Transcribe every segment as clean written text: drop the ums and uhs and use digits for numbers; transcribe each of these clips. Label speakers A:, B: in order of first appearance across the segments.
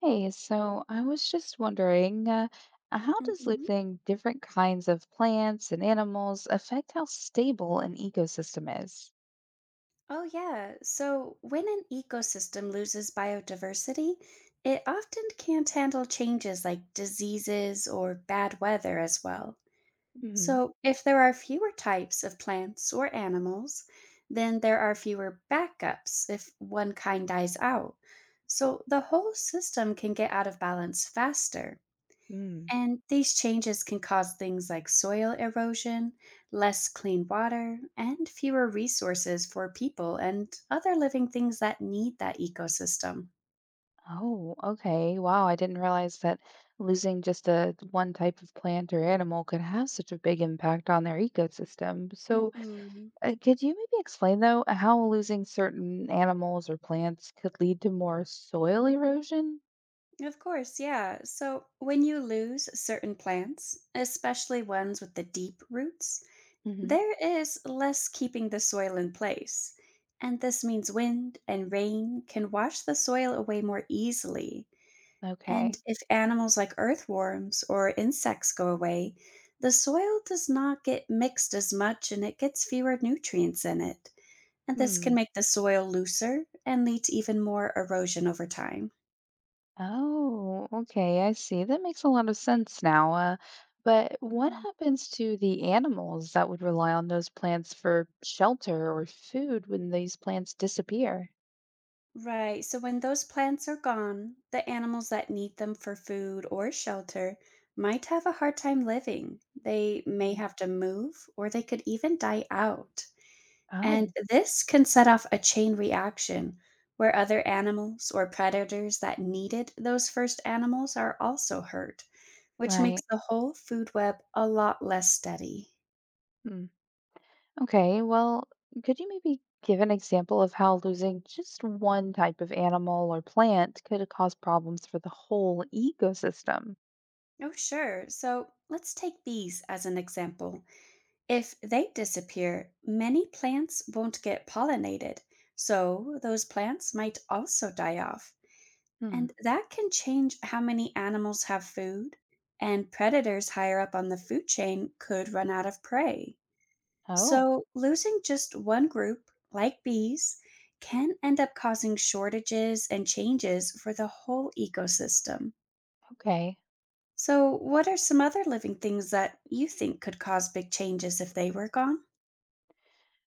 A: Hey, so I was just wondering, how does
B: hmm
A: losing different kinds of plants and animals affect how stable an ecosystem is?
B: Oh, yeah. So when an ecosystem loses biodiversity, it often can't handle changes like diseases or bad weather as well.
A: Hmm.
B: So if there are fewer types of plants or animals, then there are fewer backups if one kind dies out. So the whole system can get out of balance faster.
A: Mm.
B: And these changes can cause things like soil erosion, less clean water, and fewer resources for people and other living things that need that ecosystem.
A: Oh, okay. Wow, I didn't realize that losing just a one type of plant or animal could have such a big impact on their ecosystem. So,
B: hmm
A: could you maybe explain though how losing certain animals or plants could lead to more soil erosion?
B: Of course, yeah. So when you lose certain plants, especially ones with the deep roots,
A: Hmm.
B: there is less keeping the soil in place. And this means wind and rain can wash the soil away more easily. And
A: Okay.
B: if animals like earthworms or insects go away, the soil does not get mixed as much and it gets fewer nutrients in it. And this can
A: Hmm.
B: make the soil looser and lead to even more erosion over time.
A: Oh, okay, I see. That makes a lot of sense now. But what
B: Mhm.
A: happens to the animals that would rely on those plants for shelter or food when these plants disappear?
B: Right, so when those plants are gone, the animals that need them for food or shelter might have a hard time living. They may
A: Mm.
B: have to move or they could even die out. And
A: Oh,
B: this can set off a chain reaction where other animals or predators that needed those first animals are also hurt, which makes
A: right.
B: the whole food web a lot less steady.
A: Hmm. Okay, well, could you maybe give an example of how losing just one type of animal or plant could cause problems for the whole ecosystem?
B: Oh, sure. So let's take bees as an example. If they disappear, many plants won't get pollinated, so those plants might also die off.
A: Hmm.
B: And that can change how many animals have food, and predators higher up on the food chain could run out of prey.
A: Oh,
B: So, losing just one group, like bees, can end up causing shortages and changes for the whole ecosystem.
A: okay.
B: So, what are some other living things that you think could cause big changes if they were gone?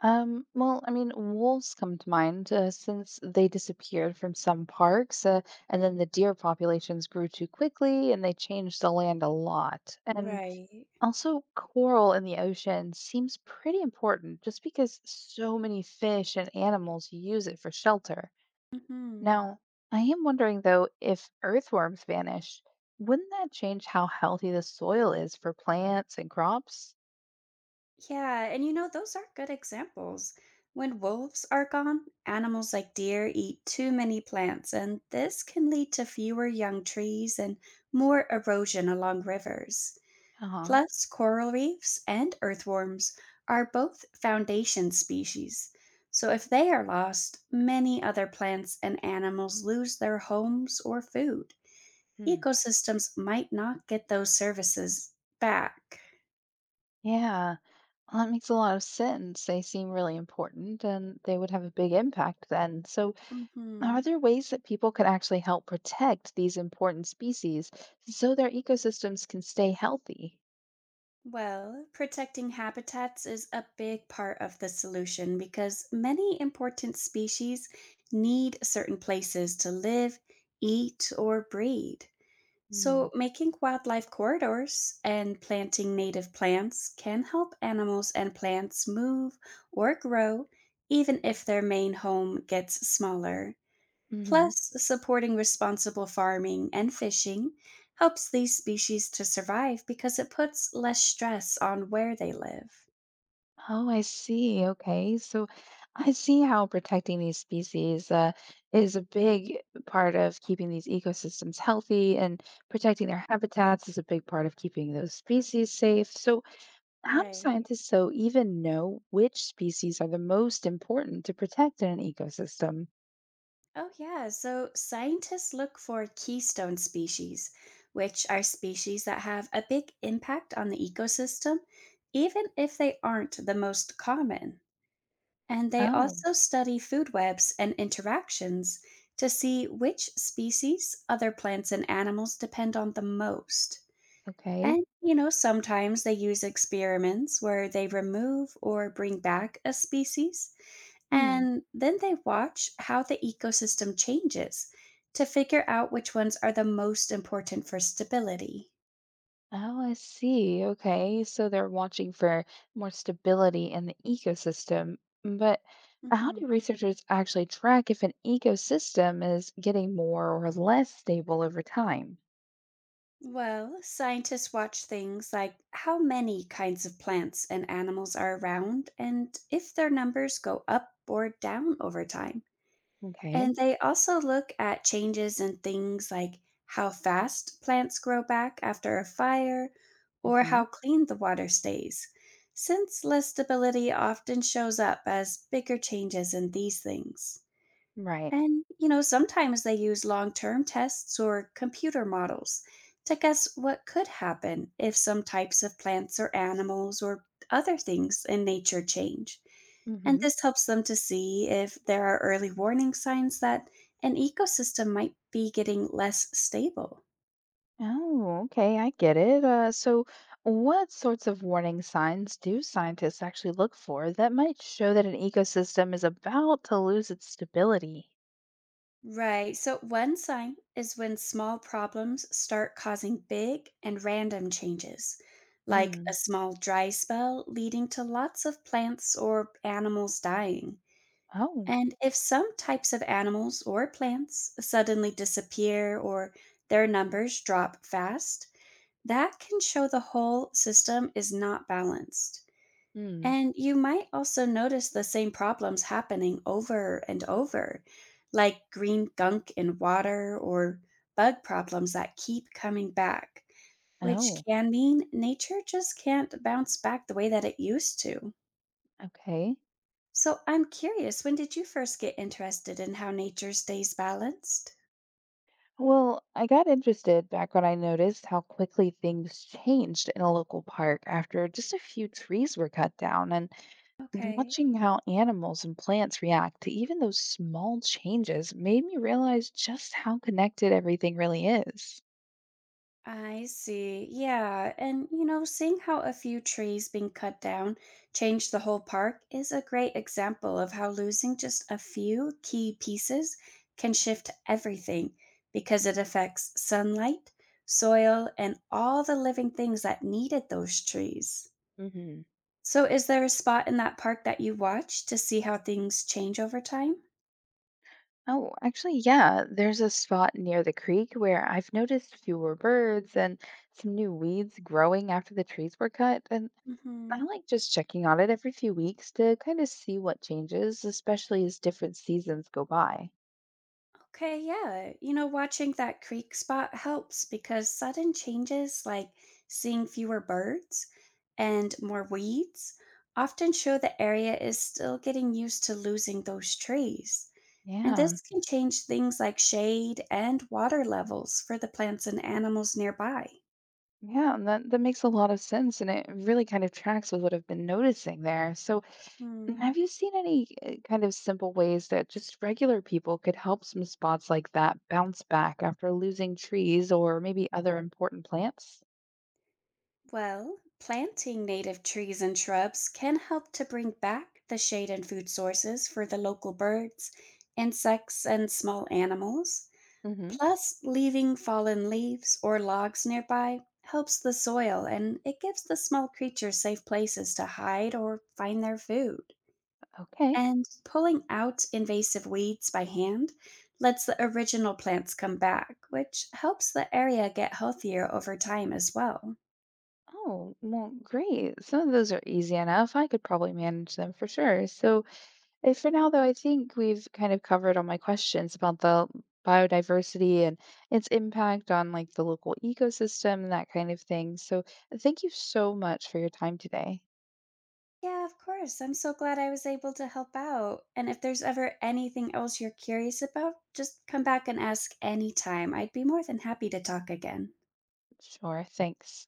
A: Well, I mean, wolves come to mind since they disappeared from some parks, and then the deer populations grew too quickly and they changed the land a lot. And
B: Right.
A: also, coral in the ocean seems pretty important just because so many fish and animals use it for shelter.
B: hmm
A: Now, I am wondering though, if earthworms vanish, wouldn't that change how healthy the soil is for plants and crops?
B: Yeah, and those are good examples. When wolves are gone, animals like deer eat too many plants, and this can lead to fewer young trees and more erosion along rivers.
A: Uh huh.
B: Plus, coral reefs and earthworms are both foundation species. So, if they are lost, many other plants and animals lose their homes or food.
A: Hmm.
B: Ecosystems might not get those services back.
A: Yeah. Well, that makes a lot of sense. They seem really important and they would have a big impact then. So, are
B: Mhm.
A: there ways that people could actually help protect these important species so their ecosystems can stay healthy?
B: Well, protecting habitats is a big part of the solution because many important species need certain places to live, eat, or breed. So, making wildlife corridors and planting native plants can help animals and plants move or grow, even if their main home gets smaller.
A: Mm-hmm.
B: Plus, supporting responsible farming and fishing helps these species to survive because it puts less stress on where they live.
A: Oh, I see. Okay. So, I see how protecting these species is a big part of keeping these ecosystems healthy, and protecting their habitats is a big part of keeping those species safe. So, how do
B: Right.
A: scientists, so even know which species are the most important to protect in an ecosystem?
B: Oh, yeah. So scientists look for keystone species, which are species that have a big impact on the ecosystem, even if they aren't the most common. And they
A: Oh,
B: also study food webs and interactions to see which species other plants and animals depend on the most.
A: okay.
B: And, sometimes they use experiments where they remove or bring back a species,
A: Hmm.
B: and then they watch how the ecosystem changes to figure out which ones are the most important for stability.
A: Oh, I see. Okay. So they're watching for more stability in the ecosystem. Mm. But how
B: Mhm.
A: do researchers actually track if an ecosystem is getting more or less stable over time?
B: Well, scientists watch things like how many kinds of plants and animals are around and if their numbers go up or down over time.
A: Okay.
B: And they also look at changes in things like how fast plants grow back after a fire or
A: Hmm.
B: how clean the water stays, since less stability often shows up as bigger changes in these things.
A: Right.
B: And, sometimes they use long term tests or computer models to guess what could happen if some types of plants or animals or other things in nature change. And
A: Hmm.
B: this helps them to see if there are early warning signs that an ecosystem might be getting less stable.
A: Oh, okay, I get it. So, what sorts of warning signs do scientists actually look for that might show that an ecosystem is about to lose its stability?
B: Right. So, one sign is when small problems start causing big and random changes, like a
A: Mm.
B: small dry spell leading to lots of plants or animals dying.
A: Oh.
B: And if some types of animals or plants suddenly disappear or their numbers drop fast, that can show the whole system is not balanced.
A: Mm.
B: And you might also notice the same problems happening over and over, like green gunk in water or bug problems that keep coming back, which
A: Oh,
B: can mean nature just can't bounce back the way that it used to.
A: okay.
B: So I'm curious, when did you first get interested in how nature stays balanced?
A: Well, I got interested back when I noticed how quickly things changed in a local park after just a few trees were cut down, and
B: Okay.
A: watching how animals and plants react to even those small changes made me realize just how connected everything really is.
B: I see. Yeah. And, seeing how a few trees being cut down changed the whole park is a great example of how losing just a few key pieces can shift everything because it affects sunlight, soil, and all the living things that needed those trees.
A: Hmm.
B: So, is there a spot in that park that you watch to see how things change over time?
A: Oh, actually, yeah, there's a spot near the creek where I've noticed fewer birds and some new weeds growing after the trees were cut. And I
B: hmm
A: like just checking on it every few weeks to kind of see what changes, especially as different seasons go by.
B: Okay, yeah. You know, watching that creek spot helps because sudden changes like seeing fewer birds and more weeds often show the area is still getting used to losing those trees. And
A: Yeah,
B: this can change things like shade and water levels for the plants and animals nearby.
A: yeah, and that makes a lot of sense. And it really kind of tracks with what I've been noticing there. So, and
B: Hmm.
A: have you seen any kind of simple ways that just regular people could help some spots like that bounce back after losing trees or maybe other important plants?
B: Well, planting native trees and shrubs can help to bring back the shade and food sources for the local birds, insects, and small animals.
A: Hmm.
B: Plus, leaving fallen leaves or logs nearby helps the soil and it gives the small creatures safe places to hide or find their food.
A: Okay.
B: And pulling out invasive weeds by hand lets the original plants come back, which helps the area get healthier over time as well.
A: Oh, well, great. Some of those are easy enough. I could probably manage them for sure. So, for now, though, I think we've kind of covered all my questions about the biodiversity and its impact on like the local ecosystem and that kind of thing. So, thank you so much for your time today.
B: Yeah, of course. I'm so glad I was able to help out. And if there's ever anything else you're curious about, just come back and ask anytime. I'd be more than happy to talk again.
A: Sure. Thanks.